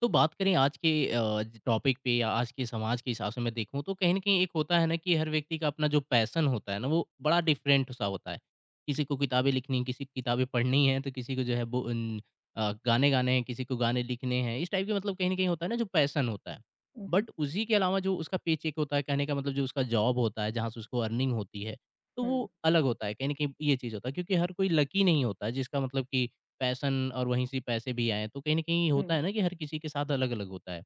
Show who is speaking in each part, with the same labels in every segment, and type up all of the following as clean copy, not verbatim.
Speaker 1: तो बात करें आज के टॉपिक पे या आज के समाज के हिसाब से मैं देखूं तो कहीं ना कहीं एक होता है ना कि हर व्यक्ति का अपना जो पैसन होता है ना वो बड़ा डिफरेंट सा होता है। किसी को किताबें लिखनी किसी को किताबें पढ़नी है तो किसी को जो है वो गाने गाने हैं किसी को गाने लिखने हैं इस टाइप के मतलब कहीं ना कहीं होता है ना जो पैसन होता है।
Speaker 2: हुँ, हुँ।
Speaker 1: बट उसी के अलावा जो उसका पे चेक होता है कहने का मतलब जो उसका जॉब होता है जहाँ से उसको अर्निंग होती है तो वो
Speaker 2: हुँ,
Speaker 1: अलग होता है कहीं ना कहीं ये चीज़ होता है क्योंकि हर कोई लकी नहीं होता है, जिसका मतलब कि पैशन और वहीं से पैसे भी आएँ। तो कहीं न कहीं होता
Speaker 2: हुँ,
Speaker 1: है ना कि हर किसी के साथ अलग-अलग होता है।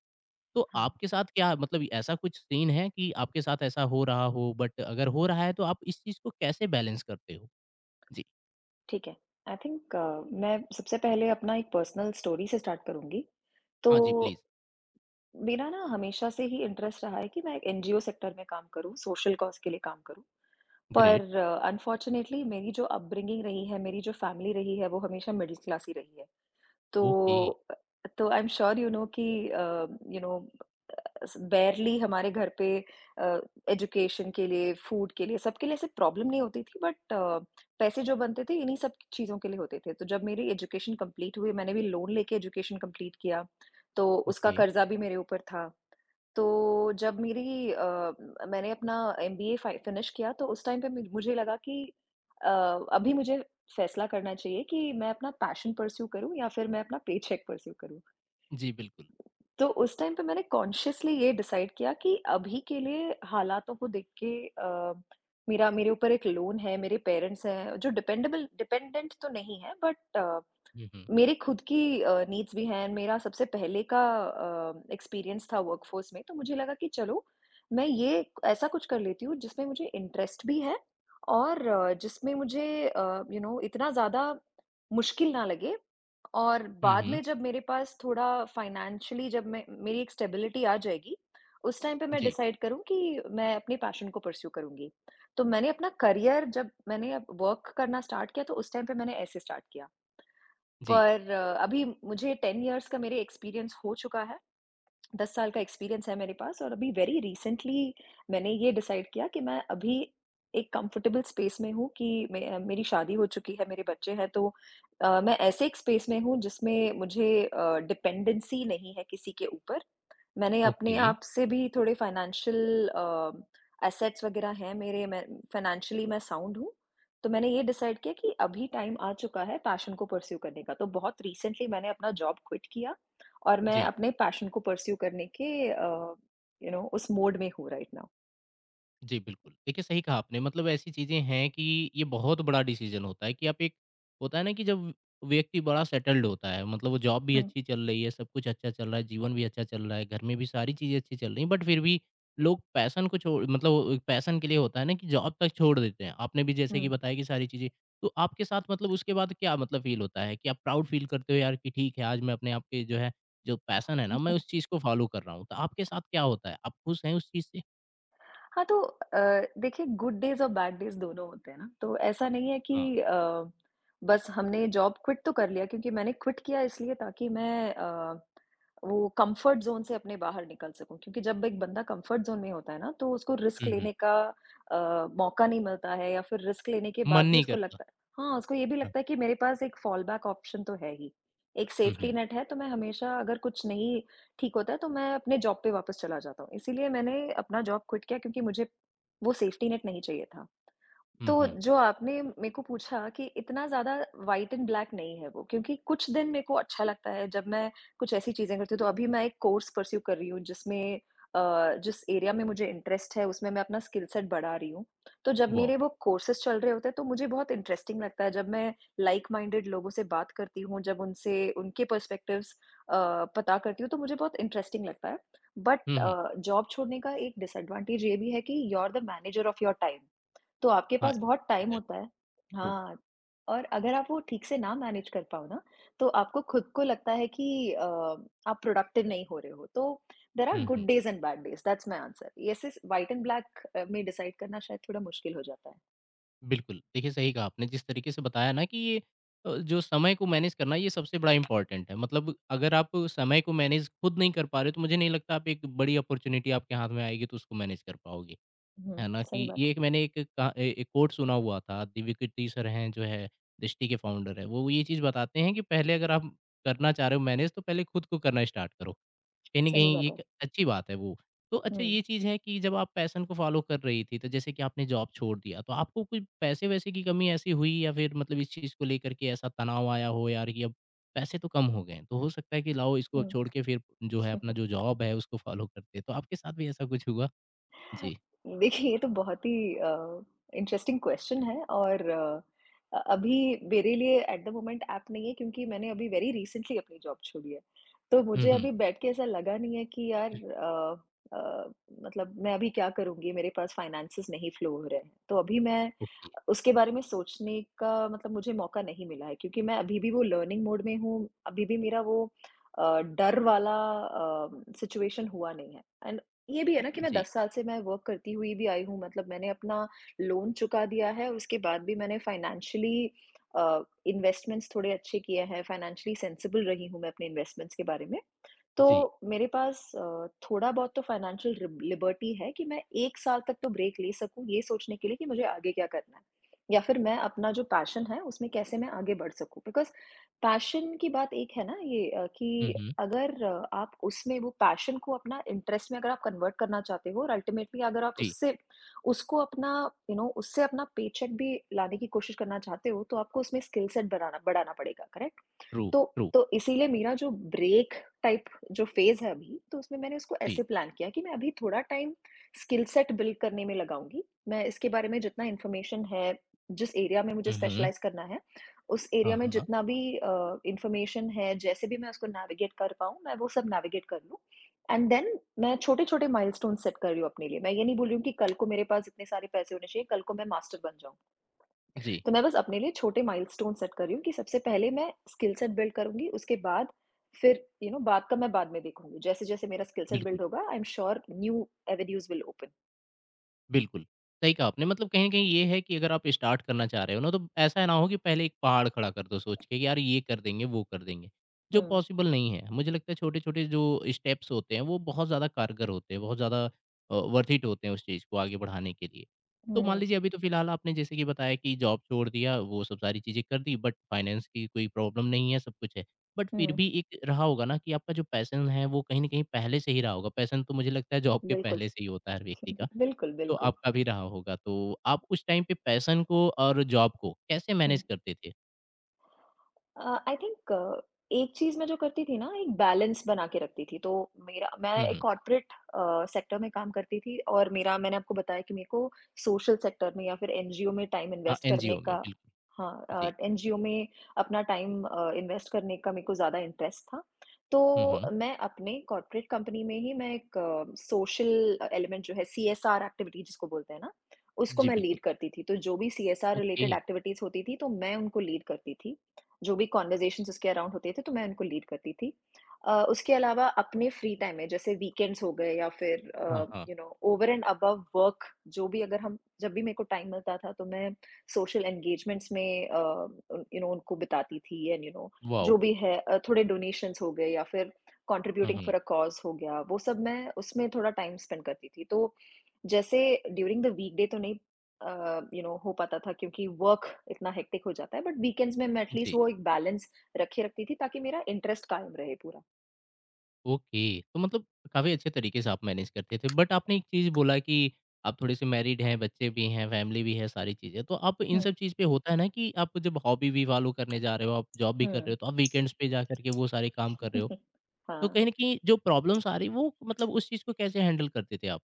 Speaker 1: तो
Speaker 2: हाँ,
Speaker 1: आपके साथ क्या मतलब ऐसा कुछ सीन है कि आपके साथ ऐसा हो रहा हो बट अगर हो रहा है तो आप इस चीज़ को कैसे बैलेंस करते हो? जी।
Speaker 2: ठीक है। आई थिंक मैं सबसे पहले अपना एक पर्सनल स्टोरी से स्टार्ट करूँगी। तो
Speaker 1: हाँ जी, प्लीज़।
Speaker 2: मेरा ना हमेशा से ही इंटरेस्ट रहा है कि मैं एक एनजीओ सेक्टर में काम करूँ, सोशल कॉज़ के लिए काम करूँ। पर
Speaker 1: ग्रेट।
Speaker 2: अनफॉर्चुनेटली मेरी जो अपब्रिंगिंग रही है, मेरी जो फैमिली रही है, वो हमेशा मिडल क्लास ही रही है। तो
Speaker 1: ओके,
Speaker 2: अ, तो I am sure you know कि अ, यू नो स बेयरली हमारे घर पे अ, एजुकेशन के लिए, फूड के लिए, सबके लिए ऐसे प्रॉब्लम नहीं होती थी बट पैसे जो बनते थे इन्हीं सब चीज़ों के लिए होते थे। तो जब मेरी एजुकेशन कंप्लीट हुई, मैंने भी लोन लेके एजुकेशन कंप्लीट किया, तो उसका
Speaker 1: ओके।
Speaker 2: कर्ज़ा भी मेरे ऊपर था। तो जब मैंने अपना एमबीए फ़ा फिनिश किया तो उस टाइम पे मुझे लगा कि अ, अभी मुझे फ़ैसला करना चाहिए कि मैं अपना पैशन परस्यू करूँ या फिर मैं अपना पेचेक परस्यू करूँ।
Speaker 1: जी, बिल्कुल।
Speaker 2: तो उस टाइम पे मैंने कॉन्शियसली ये डिसाइड किया कि अभी के लिए हालातों को देख के मेरा मेरे ऊपर एक लोन है, मेरे पेरेंट्स हैं जो डिपेंडेबल डिपेंडेंट तो नहीं है बट
Speaker 1: हुँ, हुँ।
Speaker 2: मेरे खुद की नीड्स भी हैं। मेरा सबसे पहले का एक्सपीरियंस था वर्कफ़ोर्स में, तो मुझे लगा कि चलो, मैं ये ऐसा कुछ कर लेती हूँ जिसमें मुझे इंटरेस्ट भी है और जिसमें मुझे इतना ज़्यादा मुश्किल ना लगे और
Speaker 1: हुँ,
Speaker 2: बाद
Speaker 1: हुँ।
Speaker 2: में जब मेरे पास थोड़ा फ़ाइनेंशियली जब मैं मेरी एक स्टेबिलिटी आ जाएगी, उस टाइम पे मैं
Speaker 1: जी,
Speaker 2: डिसाइड करूँ कि मैं अपने पैशन को परस्यू करूँगी। तो मैंने अपना करियर जब मैंने वर्क करना स्टार्ट किया, तो उस टाइम पे मैंने ऐसे स्टार्ट किया।
Speaker 1: जी।
Speaker 2: पर अभी मुझे 10 इयर्स का मेरे एक्सपीरियंस हो चुका है। 10 साल का एक्सपीरियंस है मेरे पास और अभी वेरी रिसेंटली मैंने ये डिसाइड किया कि मैं अभी एक कंफर्टेबल स्पेस में हूँ कि मे मेरी शादी हो चुकी है, मेरे बच्चे हैं तो मैं ऐसे एक स्पेस में हूँ जिसमें मुझे डिपेंडेंसी नहीं है किसी के ऊपर। मैंने
Speaker 1: ओके,
Speaker 2: अपने आप से भी थोड़े फाइनेंशियल एसेट्स वगैरह हैं मेरे, मैं फाइनेंशियली मैं साउंड हूँ, तो मैंने ये डिसाइड किया कि अभी टाइम आ चुका है पैशन को पर्स्यू करने का, तो बहुत रिसेंटली मैंने अपना जॉब क्विट किया और मैं
Speaker 1: जी।
Speaker 2: अपने पैशन को पर्स्यू करने के उस मोड में हूँ राइट नाउ।
Speaker 1: जी, बिल्कुल। देखिए, सही कहा आपने मतलब ऐसी चीज़ें हैं कि ये बहुत बड़ा डिसीज़न होता है कि आप एक होता है ना कि जब व्यक्ति बड़ा सेटल्ड होता है, मतलब वो जॉब भी
Speaker 2: हुँ,
Speaker 1: अच्छी चल रही है, सब कुछ अच्छा चल रहा है, जीवन भी अच्छा चल रहा है, घर में भी सारी चीज़ें अच्छी चल रही हैं, बट फिर भी लोग पैशन को छोड़ मतलब पैशन के लिए होता है ना कि जॉब तक छोड़ देते हैं। आपने भी जैसे कि
Speaker 2: हुँ।
Speaker 1: बताया कि सारी चीज़ें, तो आपके साथ मतलब उसके बाद क्या मतलब फ़ील होता है कि आप प्राउड फ़ील करते हो यार कि ठीक है, आज मैं अपने आप के जो है, जो पैशन है ना, मैं उस चीज़ को फ़ॉलो कर रहा हूँ। तो आपके साथ क्या होता है? आप खुश हैं उस चीज़ से?
Speaker 2: हाँ, तो देखिए गुड डेज़ और बैड डेज़ दोनों होते हैं ना, तो ऐसा नहीं है
Speaker 1: हाँ।
Speaker 2: कि बस हमने जॉब क्विट तो कर लिया क्योंकि मैंने क्विट किया इसलिए ताकि मैं वो कम्फ़र्ट ज़ोन से अपने बाहर निकल सकूँ। क्योंकि जब एक बंदा कम्फ़र्ट ज़ोन में होता है ना, तो उसको रिस्क
Speaker 1: हुँ, हुँ।
Speaker 2: लेने का मौका नहीं मिलता है या फिर रिस्क लेने के
Speaker 1: मन
Speaker 2: बाद भी
Speaker 1: नहीं
Speaker 2: उसको
Speaker 1: करता।
Speaker 2: लगता है। हाँ, उसको ये भी
Speaker 1: हाँ।
Speaker 2: लगता है कि मेरे पास एक फॉल बैक ऑप्शन तो है ही। एक
Speaker 1: हुँ,
Speaker 2: सेफ्टी
Speaker 1: हुँ।
Speaker 2: नेट है, तो मैं हमेशा अगर कुछ नहीं ठीक होता है तो मैं अपने जॉब पे वापस चला जाता हूँ। इसीलिए मैंने अपना जॉब क्विट किया क्योंकि मुझे वो सेफ्टी नेट नहीं चाहिए था।
Speaker 1: हुँ,
Speaker 2: तो
Speaker 1: हुँ।
Speaker 2: जो आपने मेरे को पूछा कि इतना ज़्यादा व्हाइट एंड ब्लैक नहीं है वो, क्योंकि कुछ दिन मेरे को अच्छा लगता है जब मैं कुछ ऐसी चीज़ें करती हूँ, तो अभी मैं एक कोर्स परस्यू कर रही हूँ जिसमें जिस एरिया में मुझे इंटरेस्ट है उसमें मैं अपना स्किल सेट बढ़ा रही हूँ। तो जब
Speaker 1: वॉव!
Speaker 2: मेरे वो कोर्सेज़ चल रहे होते हैं तो मुझे बहुत इंटरेस्टिंग लगता है जब मैं लाइक माइंडेड लोगों से बात करती हूँ, जब उनसे उनके पर्सपेक्टिव्स अ, पता करती हूँ तो मुझे बहुत इंटरेस्टिंग लगता है। But
Speaker 1: hmm, hmm.
Speaker 2: जॉब छोड़ने का एक डिसएडवांटेज ये भी है कि you are the manager of your time. तो आपके
Speaker 1: हाँ,
Speaker 2: पास बहुत
Speaker 1: ठीक
Speaker 2: टाइम
Speaker 1: है,
Speaker 2: होता है।
Speaker 1: ट्रू।
Speaker 2: हाँ, और अगर आप वो ठीक से ना मैनेज कर पाओ ना, तो आपको खुद को लगता है कि अ, आप प्रोडक्टिव नहीं हो रहे हो। तो there are
Speaker 1: um,
Speaker 2: good
Speaker 1: um.
Speaker 2: Days and bad days, that's my answer. Yes is white and black में डिसाइड करना शायद थोड़ा मुश्किल हो जाता है।
Speaker 1: बिल्कुल, देखिए सही कहा आपने जिस तरीके से बताया ना कि ये जो समय को मैनेज करना ये सबसे बड़ा इम्पोर्टेंट है। मतलब अगर आप समय को मैनेज खुद नहीं कर पा रहे हो, तो मुझे नहीं लगता आप एक बड़ी अपॉर्च्युनिटी आपके हाथ में आएगी तो उसको मैनेज कर पाओगे,
Speaker 2: हुँ,
Speaker 1: है ना?
Speaker 2: सही
Speaker 1: कि
Speaker 2: बात
Speaker 1: ये
Speaker 2: है,
Speaker 1: एक मैंने एक का ए एक कोट सुना हुआ था, दिव्यकीर्ति सर हैं जो है दृष्टि के फाउंडर हैं, वो ये चीज़ बताते हैं कि पहले अगर आप करना चाह रहे हो मैनेज तो पहले खुद को करना स्टार्ट करो। कहीं न
Speaker 2: सही
Speaker 1: कहीं
Speaker 2: बात है।
Speaker 1: एक अच्छी बात है वो। तो अच्छा
Speaker 2: हुँ,
Speaker 1: ये चीज़ है कि जब आप पैशन को फ़ॉलो कर रही थी, तो जैसे कि आपने जॉब छोड़ दिया, तो आपको कोई पैसे-वैसे की कमी ऐसी हुई या फिर मतलब इस चीज़ को लेकर के ऐसा तनाव आया हो यार कि अब पैसे तो कम हो गए हैं, तो हो सकता है कि लाओ इसको अब
Speaker 2: हुँ।
Speaker 1: छोड़ के फिर जो है अपना जो जॉब है उसको फ़ॉलो करते हैं। तो आपके साथ भी ऐसा कुछ हुआ? जी।
Speaker 2: देखिए ये तो बहुत ही इंटरेस्टिंग क्वेश्चन है और अभी मेरे लिए एट द मोमेंट ऐप नहीं है क्योंकि मैंने अभी वेरी रिसेंटली अपनी जॉब छोड़ी है। तो
Speaker 1: हुँ,
Speaker 2: मुझे
Speaker 1: हुँ।
Speaker 2: अभी बैठ के ऐसा लगा नहीं है कि यार अ, मतलब मैं अभी क्या करूँगी? मेरे पास फाइनेंसेस नहीं फ्लो हो रहे हैं। तो अभी मैं
Speaker 1: ओके।
Speaker 2: उसके बारे में सोचने का मतलब मुझे मौका नहीं मिला है क्योंकि मैं अभी भी वो लर्निंग मोड में हूँ, अभी भी मेरा वो डर वाला सिचुएशन हुआ नहीं है। एंड ये भी है ना कि मैं
Speaker 1: जी,
Speaker 2: 10 साल से मैं वर्क करती हुई भी आई हूँ, मतलब मैंने अपना लोन चुका दिया है और उसके बाद भी मैंने फाइनेंशियली इन्वेस्टमेंट्स थोड़े अच्छे किए हैं, फाइनेंशियली सेंसिबल रही हूँ मैं अपने इन्वेस्टमेंट्स के बारे में। तो
Speaker 1: जी।
Speaker 2: मेरे पास थोड़ा-बहुत तो फाइनेंशियल रिब लिबर्टी है कि मैं 1 साल तक तो ब्रेक ले सकूँ, ये सोचने के लिए कि मुझे आगे क्या करना है? या फिर मैं अपना जो पैशन है, उसमें कैसे मैं आगे बढ़ सकूँ? बिकॉज़ पैशन की बात एक है ना ये
Speaker 1: हुँ,
Speaker 2: कि
Speaker 1: हुँ।
Speaker 2: अगर आप उसमें वो पैशन को अपना इंटरेस्ट में अगर आप कन्वर्ट करना चाहते हो और अल्टीमेटली अगर आप
Speaker 1: जी।
Speaker 2: उससे उसको अपना उससे अपना पेचेक भी लाने की कोशिश करना चाहते हो, तो आपको उसमें स्किल सेट बनाना बढ़ाना पड़ेगा, करेक्ट?
Speaker 1: ट्रू,
Speaker 2: तो
Speaker 1: ट्रू।
Speaker 2: तो इसीलिए मेरा जो ब्रेक टाइप जो फ़ेज़ है अभी, तो उसमें मैंने उसको
Speaker 1: जी।
Speaker 2: ऐसे प्लान किया कि मैं अभी थोड़ा टाइम स्किल सेट बिल्ड करने में लगाऊँगी। मैं इसके बारे में जितना इन्फॉर्मेशन है, जिस एरिया में मुझे
Speaker 1: हुँ, हुँ।
Speaker 2: स्पेशलाइज़ करना है, उस
Speaker 1: हाँ,
Speaker 2: एरिया में
Speaker 1: हाँ। हाँ।
Speaker 2: जितना भी इन्फॉर्मेशन है, जैसे भी मैं उसको नेविगेट कर पाऊँ, मैं वो सब नेविगेट कर लूँ एंड देन मैं छोटे-छोटे माइलस्टोन्स सेट कर रही हूँ अपने लिए। मैं ये नहीं बोल रही हूँ कि कल को मेरे पास इतने सारे पैसे होने चाहिए, कल को मैं मास्टर बन जाऊँ।
Speaker 1: जी,
Speaker 2: तो मैं बस अपने लिए छोटे माइलस्टोन सेट कर रही हूँ कि सबसे पहले मैं स्किल सेट बिल्ड करूँगी, उसके बाद फिर बाद का मैं बाद में देखूँगी। जैसे-जैसे मेरा स्किल सेट
Speaker 1: बिल्कुल।
Speaker 2: बिल्ड होगा, I am sure new avenues will open.
Speaker 1: बिल्कुल, सही कहा आपने। मतलब कहीं न कहीं ये है कि अगर आप स्टार्ट करना चाह रहे हो ना, तो ऐसा ना हो कि पहले एक पहाड़ खड़ा कर दो सोच के, कि यार ये कर देंगे, वो कर देंगे, जो
Speaker 2: हुँ,
Speaker 1: पॉसिबल नहीं है। मुझे लगता है छोटे-छोटे जो स्टेप्स होते हैं, वो बहुत ज़्यादा कारगर होते हैं, बहुत ज़्यादा वर्थ इट होते हैं उस चीज़ को आगे बढ़ाने के लिए। तो मान
Speaker 2: हुँ,
Speaker 1: लीजिए अभी तो फिलहाल आपने जैसे कि बताया कि जॉब छोड़ दिया, वो सब सारी चीज़ें कर दी, बट फाइनेंस की कोई प्रॉब्लम नहीं है, सब कुछ है। बट फिर
Speaker 2: हुँ।
Speaker 1: भी एक रहा होगा ना कि आपका जो पैशन है, वो कहीं न कहीं पहले से ही रहा होगा। पैशन तो मुझे लगता है जॉब के
Speaker 2: बिल्कुल,
Speaker 1: पहले से ही होता है हर व्यक्ति का।
Speaker 2: बिल्कुल,
Speaker 1: तो
Speaker 2: बिल्कुल।
Speaker 1: आपका भी रहा होगा। तो आप उस टाइम पे पैशन को और जॉब को कैसे
Speaker 2: हुँ।
Speaker 1: मैनेज करते थे?
Speaker 2: आई थिंक एक चीज मैं जो करती थी ना, एक बैलेंस बना के रखती थी। तो मेरा मैं
Speaker 1: हुँ,
Speaker 2: एक
Speaker 1: हुँ।
Speaker 2: कॉर्पोरेट सेक्टर में काम करती थी और मेरा मैंने आपको बताया कि मेरे को सोशल सेक्टर में या फिर एनजीओ में टाइम
Speaker 1: हाँ,
Speaker 2: इन्वेस्ट करने
Speaker 1: एनजीओ में
Speaker 2: का,
Speaker 1: बिल्कुल, जी।
Speaker 2: हाँ, एनजीओ में अपना टाइम इन्वेस्ट करने का मेरे को ज्यादा इंटरेस्ट था। तो
Speaker 1: हुँ, हुँ।
Speaker 2: मैं अपने कॉर्पोरेट कंपनी में ही मैं एक सोशल एलिमेंट जो है सीएसआर एक्टिविटी जिसको बोलते हैं ना, उसको
Speaker 1: जी,
Speaker 2: मैं
Speaker 1: बिल्कुल।
Speaker 2: लीड करती थी। तो जो भी सीएसआर
Speaker 1: ओके।
Speaker 2: रिलेटेड एक्टिविटीज होती थी तो मैं उनको लीड करती थी, जो भी कन्वर्सेशंस उसके अराउंड होते थे तो मैं उनको लीड करती थी। उसके अलावा अपने फ्री टाइम में जैसे वीकेंड्स हो गए या फिर
Speaker 1: हाँ, हाँ।
Speaker 2: ओवर एंड अबव वर्क जो भी अगर हम जब भी मेरे को टाइम मिलता था तो मैं सोशल एंगेजमेंट्स में उनको बिताती थी एंड
Speaker 1: वॉव!
Speaker 2: जो भी है थोड़े डोनेशंस हो गए या फिर
Speaker 1: um,
Speaker 2: contributing
Speaker 1: um.
Speaker 2: For a cause हो गया, वो सब मैं उसमें थोड़ा टाइम स्पेंड करती थी। तो जैसे ड्यूरिंग द वीकडे तो नहीं हो पाता था क्योंकि वर्क इतना हेक्टिक हो जाता है, बट वीकेंड्स में मैं एटलीस्ट
Speaker 1: जी,
Speaker 2: वो एक बैलेंस रखे रखती थी ताकि मेरा इंटरेस्ट कायम रहे पूरा।
Speaker 1: ओके। तो मतलब काफ़ी अच्छे तरीके से आप मैनेज करते थे। बट आपने एक चीज़ बोला कि आप थोड़े-से मैरिड हैं, बच्चे भी हैं, फैमिली भी है, सारी चीज़ें। तो आप इन
Speaker 2: हम्म,
Speaker 1: सब चीज़ पे होता है ना कि आप जब हॉबी भी फॉलो करने जा रहे हो, आप जॉब भी कर रहे हो,
Speaker 2: हम्म।
Speaker 1: तो आप वीकेंड्स पे जा कर के वो सारे काम कर रहे हो। तो
Speaker 2: हाँ,
Speaker 1: कहीं न कहीं जो प्रॉब्लम्स आ रही वो मतलब उस चीज़ को कैसे हैंडल करते थे आप?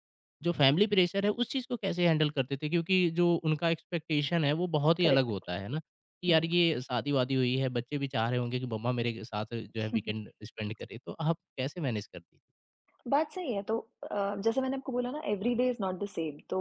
Speaker 1: जो फैमिली प्रेशर है उस चीज़ को कैसे हैंडल करते थे? क्योंकि जो उनका एक्सपेक्टेशन है वो बहुत ही अलग
Speaker 2: करेक्ट।
Speaker 1: होता है ना? कि यार ये शादी-वादी हुई है, बच्चे भी चाह रहे होंगे कि मम्मा मेरे के साथ जो है वीकेंड स्पेंड करे, तो आप कैसे मैनेज करती थी?
Speaker 2: बात सही है। तो अ, जैसे मैंने आपको बोला ना, every day is not the same. तो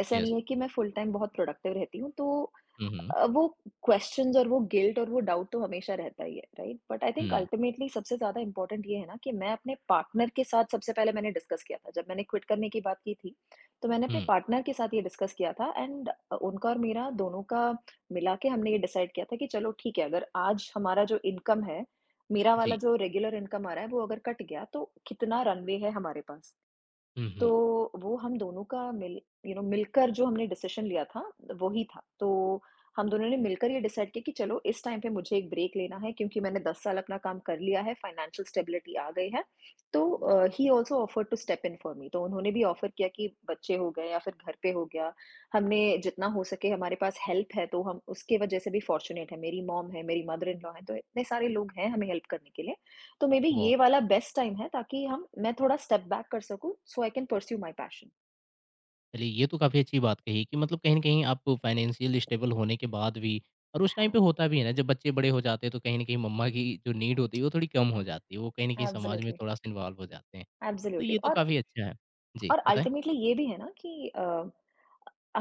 Speaker 2: ऐसा नहीं
Speaker 1: यस।
Speaker 2: है कि मैं फुल टाइम बहुत प्रोडक्टिव रहती हूँ। तो
Speaker 1: हुँ, हुँ।
Speaker 2: वो क्वेश्चंस और वो गिल्ट और वो डाउट तो हमेशा रहता ही है, right? But I think
Speaker 1: um.
Speaker 2: Ultimately सबसे ज़्यादा इंपॉर्टेंट ये है ना कि मैं अपने पार्टनर के साथ सबसे पहले मैंने डिस्कस किया था जब मैंने क्विट करने की बात की थी। तो मैंने अपने
Speaker 1: हुँ।
Speaker 2: पार्टनर के साथ ये डिस्कस किया था एंड उनका और मेरा दोनों का मिला के हमने ये डिसाइड किया था कि चलो ठीक है, अगर आज हमारा जो इनकम है, मेरा वाला
Speaker 1: जी।
Speaker 2: जो रेगुलर इनकम आ रहा है वो अगर कट गया तो कितना रनवे है हमारे पास।
Speaker 1: हुँ,
Speaker 2: तो
Speaker 1: हुँ।
Speaker 2: वो हम दोनों का मिलकर जो हमने डिसीज़न लिया था, वही था। तो हम दोनों ने मिलकर ये डिसाइड किया कि चलो इस टाइम पे मुझे एक ब्रेक लेना है क्योंकि मैंने 10 साल अपना काम कर लिया है, फाइनेंशियल स्टेबिलिटी आ गई है। तो he also offered to step in for me, तो उन्होंने भी ऑफर किया कि बच्चे हो गए या फिर घर पे हो गया, हमने जितना हो सके हमारे पास हेल्प है तो हम उसके वजह से भी फॉर्च्यूनेट हैं। मेरी मॉम है, मेरी मदर इन लॉ है, तो इतने सारे लोग हैं हमें हेल्प करने के लिए। तो मेबी
Speaker 1: वाह!
Speaker 2: ये वाला बेस्ट टाइम है ताकि हम मैं थोड़ा स्टेप बैक कर सकूँ so I can pursue my passion.
Speaker 1: चलिए ये तो काफ़ी अच्छी बात कही कि मतलब कहीं न कहीं आप फाइनेंशियल स्टेबल होने के बाद भी और उस टाइम
Speaker 2: हाँ,
Speaker 1: पे होता भी है ना जब बच्चे बड़े हो जाते हैं तो कहीं न कहीं मम्मा की जो नीड होती है वो थोड़ी कम हो जाती है। वो कहीं न कहीं
Speaker 2: हाँ।
Speaker 1: समाज में
Speaker 2: एब्सोल्युटली,
Speaker 1: थोड़ा-सा इन्वॉल्व हो जाते हैं। तो
Speaker 2: एब्सोल्युटली।
Speaker 1: ये तो
Speaker 2: और
Speaker 1: काफ़ी अच्छा है। जी,
Speaker 2: और
Speaker 1: बताएँ?
Speaker 2: अल्टीमेटली ये भी है ना कि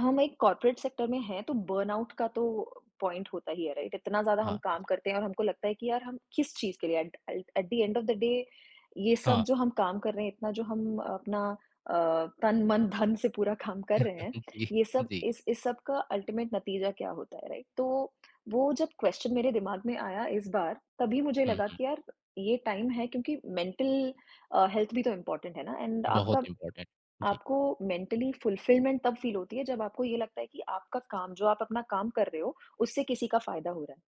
Speaker 2: हम एक कॉर्पोरेट सेक्टर में हैं, तो बर्नआउट का तो पॉइंट होता ही है, राइट? इतना ज़्यादा हम
Speaker 1: हाँ,
Speaker 2: काम करते हैं और हमको लगता है कि यार हम किस चीज़ के लिए at at at the end of the day ये सब
Speaker 1: हाँ,
Speaker 2: जो हम काम कर रहे हैं, इतना जो हम अपना अ, तन, मन, धन से पूरा काम कर रहे हैं,
Speaker 1: जी,
Speaker 2: ये सब
Speaker 1: जी।
Speaker 2: इस सब का अल्टीमेट नतीजा क्या होता है, राइट? तो वो जब क्वेश्चन मेरे दिमाग में आया इस बार, तभी मुझे
Speaker 1: हुँ,
Speaker 2: लगा
Speaker 1: हुँ।
Speaker 2: कि यार ये टाइम है क्योंकि मेंटल हेल्थ भी तो इम्पोर्टेंट है ना एंड आपका
Speaker 1: बहुत इम्पोर्टेंट। जी,
Speaker 2: आपको मेंटली फुलफिलमेंट तब फील होती है जब आपको ये लगता है कि आपका काम जो आप अपना काम कर रहे हो, उससे किसी का फ़ायदा हो रहा है।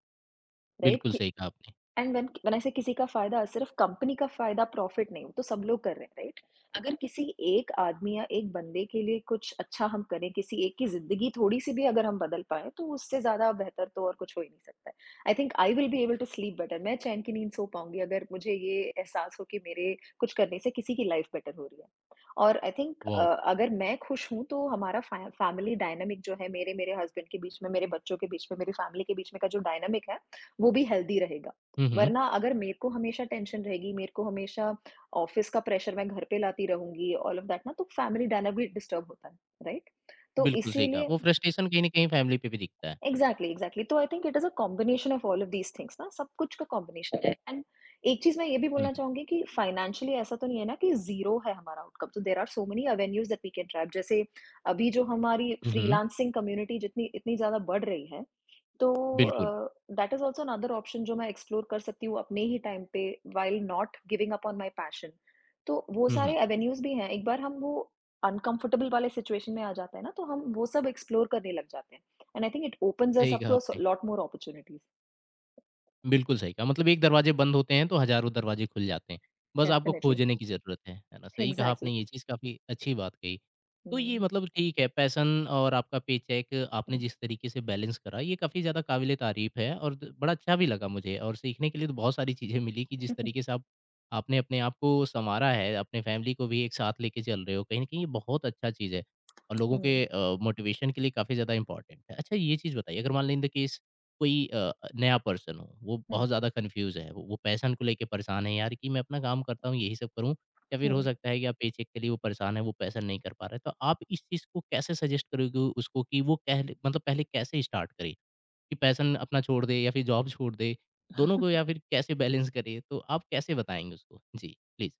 Speaker 2: राइट
Speaker 1: बिल्कुल
Speaker 2: कि
Speaker 1: सही कहा आपने।
Speaker 2: एंड व्हेन व्हेन आई से किसी का फायदा सिर्फ कंपनी का फायदा प्रॉफिट नहीं वो तो सब लोग कर रहे हैं। राइट अगर किसी एक आदमी या एक बंदे के लिए कुछ अच्छा हम करें किसी एक की जिंदगी थोड़ी सी भी अगर हम बदल पाए तो उससे ज्यादा बेहतर तो और कुछ हो ही नहीं सकता है। I think I will be able to sleep better, मैं चैन की नींद सो पाऊंगी अगर मुझे ये एहसास हो कि मेरे कुछ करने से किसी की लाइफ बेटर हो रही है। और आई थिंक
Speaker 1: वाओ!
Speaker 2: अगर मैं खुश हूं तो हमारा फैमिली डायनामिक जो है, मेरे मेरे हस्बैंड के बीच में, मेरे बच्चों के बीच में, मेरी फैमिली के बीच में का जो डायनामिक है, वो भी हेल्दी रहेगा।
Speaker 1: हुँ, हुँ।
Speaker 2: वरना अगर मेरे को हमेशा टेंशन रहेगी, मेरे को हमेशा ऑफ़िस का प्रेशर मैं घर पे लाती रहूँगी, ऑल ऑफ़ दैट ना, तो फैमिली डायनामिक डिस्टर्ब होता है, राइट? तो
Speaker 1: बिल्कुल सही कहा।
Speaker 2: इसीलिए
Speaker 1: वो फ्रस्ट्रेशन कहीं न कहीं फैमिली पे भी दिखता है।
Speaker 2: Exactly, exactly. तो I think it is a combination of all of these things ना, सब कुछ का कॉम्बिनेशन है। एंड एक चीज़ मैं ये भी
Speaker 1: हुँ,
Speaker 2: बोलना
Speaker 1: हुँ।
Speaker 2: चाहूँगी कि फाइनेंशियली ऐसा तो नहीं है ना कि ज़ीरो है हमारा आउटकम, तो there are so many avenues that we can trap. जैसे अभी जो हमारी
Speaker 1: हुँ, हुँ।
Speaker 2: फ्रीलांसिंग कम्युनिटी जितनी इतनी ज़्यादा बढ़ रही है, तो
Speaker 1: बिल्कुल।
Speaker 2: Uh, that is also another option जो मैं एक्सप्लोर कर सकती हूँ अपने ही टाइम पे while not giving up on my passion. तो वो
Speaker 1: हुँ, हुँ।
Speaker 2: सारे एवेन्यूज़ भी हैं। एक बार हम वो अनकंफर्टेबल वाले सिचुएशन में आ जाते हैं ना, तो हम वो सब एक्सप्लोर करने लग जाते हैं। And I think it opens us
Speaker 1: सही
Speaker 2: up
Speaker 1: कहा
Speaker 2: to a s
Speaker 1: आपने।
Speaker 2: lot more opportunities.
Speaker 1: बिल्कुल सही कहा, मतलब एक दरवाजे बंद होते हैं तो हज़ारों दरवाजे खुल जाते हैं, बस आपको
Speaker 2: डेफिनिटली,
Speaker 1: खोजने की ज़रूरत है ना? सही कहा
Speaker 2: एग्ज़ैक्टली।
Speaker 1: आपने ये चीज़ काफ़ी अच्छी बात कही। तो ये
Speaker 2: हुँ,
Speaker 1: मतलब ठीक है पैशन और आपका पेचेक आपने जिस तरीके से बैलेंस करा ये काफ़ी ज़्यादा काबिले तारीफ़ है और द बड़ा अच्छा भी लगा मुझे और सीखने के लिए तो बहुत सारी चीज़ें मिली कि जिस तरीके से आप आपने अपने आप को सँवारा है, अपने फ़ैमिली को भी एक साथ लेके चल रहे हो, कहीं न कहीं ये बहुत अच्छा चीज़ है और लोगों के
Speaker 2: हुँ,
Speaker 1: मोटिवेशन के लिए काफ़ी ज़्यादा इम्पोर्टेंट है। अच्छा ये चीज़ बताइए अगर मान लें इन द केस कोई नया पर्सन हो, वो
Speaker 2: हुँ,
Speaker 1: बहुत ज़्यादा कन्फ्यूज़ है, वो पैशन को लेके परेशान है यार कि मैं अपना काम करता हूँ, यही सब करूँ या फिर
Speaker 2: हुँ।
Speaker 1: हो सकता है कि आप पेचेक के लिए वो परेशान है, वो पैसा नहीं कर पा रहा है। तो आप इस चीज़ को कैसे सजेस्ट करोगे उसको कि वो कह मतलब पहले कैसे स्टार्ट करे कि पैशन अपना छोड़ दे या फिर जॉब छोड़ दे, दोनों को या फिर कैसे बैलेंस करे? तो आप कैसे बताएँगे उसको? जी, प्लीज़।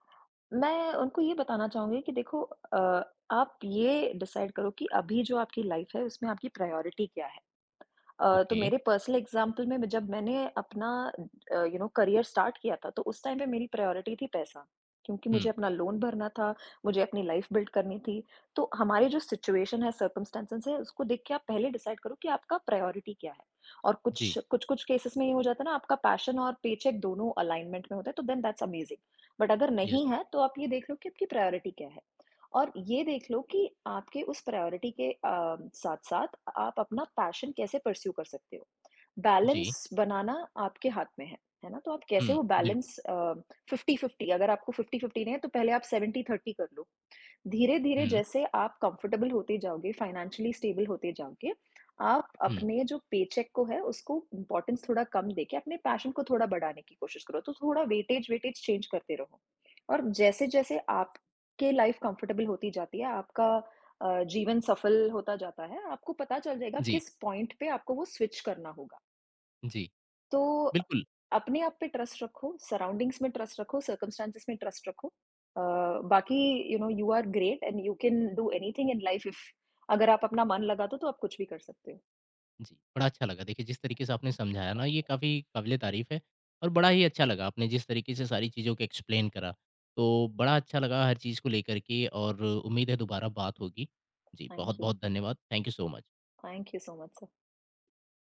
Speaker 2: मैं उनको ये बताना चाहूँगी कि देखो, अ, आप ये डिसाइड करो कि अभी जो आपकी लाइफ़ है उसमें आपकी प्रायोरिटी क्या है? तो
Speaker 1: ओके।
Speaker 2: मेरे पर्सनल एग्ज़ाम्पल में, मैं जब मैंने अपना यू नो करियर स्टार्ट किया था, तो उस टाइम पे मेरी प्रायोरिटी थी पैसा, क्योंकि
Speaker 1: हुँ,
Speaker 2: मुझे अपना लोन भरना था, मुझे अपनी लाइफ़ बिल्ड करनी थी। तो हमारी जो सिचुएशन है, सर्कमस्टेंसेस है, उसको देख के आप पहले डिसाइड करो कि आपका प्रायोरिटी क्या है। और कुछ
Speaker 1: जी,
Speaker 2: कुछ-कुछ केसेस में ये हो जाता है ना, आपका पैशन और पेचेक दोनों अलाइनमेंट में होता है, तो देन दैट्स अमेज़िंग। बट अगर
Speaker 1: यस,
Speaker 2: नहीं है, तो आप ये देख लो कि आपकी प्रायोरिटी क्या है। और ये देख लो कि आपके उस प्रायोरिटी के साथ साथ आप अपना पैशन कैसे परस्यू कर सकते हो।
Speaker 1: जी,
Speaker 2: बैलेंस बनाना आपके हाथ में है ना? तो आप कैसे
Speaker 1: हुँ,
Speaker 2: वो
Speaker 1: बिल्कुल,
Speaker 2: बैलेंस फिफ्टी फिफ्टी, अगर आपको फिफ्टी फिफ्टी नहीं है तो पहले आप सेवेंटी थर्टी कर लो। धीरे-धीरे
Speaker 1: हुँ,
Speaker 2: जैसे आप कंफर्टेबल होते जाओगे, फाइनेंशियली स्टेबल होते जाओगे, आप
Speaker 1: हुँ,
Speaker 2: अपने जो पेचेक को है उसको इम्पोर्टेंस थोड़ा कम देके अपने पैशन को थोड़ा बढ़ाने की कोशिश करो। तो थोड़ा वेटेज वेटेज चेंज करते रहो। और जैसे-जैसे आपके लाइफ कंफर्टेबल होती जाती है, आपका जीवन सफल होता जाता है, आपको पता चल जाएगा
Speaker 1: जी,
Speaker 2: किस पॉइंट पे आपको वो स्विच करना होगा।
Speaker 1: जी,
Speaker 2: तो
Speaker 1: बिल्कुल।
Speaker 2: अपने आप पे ट्रस्ट रखो, सराउंडिंग्स में ट्रस्ट रखो, सर्कमस्टेंसेस में ट्रस्ट रखो। बाकी you know you are great and you can do anything in life if अगर आप अपना मन लगा दो तो आप कुछ भी कर सकते हो।
Speaker 1: जी, बड़ा अच्छा लगा। देखिए, जिस तरीके से आपने समझाया ना, ये काफ़ी काबिल-ए-तारीफ़ है और बड़ा ही अच्छा लगा आपने जिस तरीके से सारी चीज़ों को एक्सप्लेन करा। तो बड़ा अच्छा लगा हर चीज़ को लेकर के और उम्मीद है दोबारा बात होगी। जी,
Speaker 2: थैंक यू।
Speaker 1: बहुत-बहुत धन्यवाद। Thank you so much.
Speaker 2: Thank you so much sir.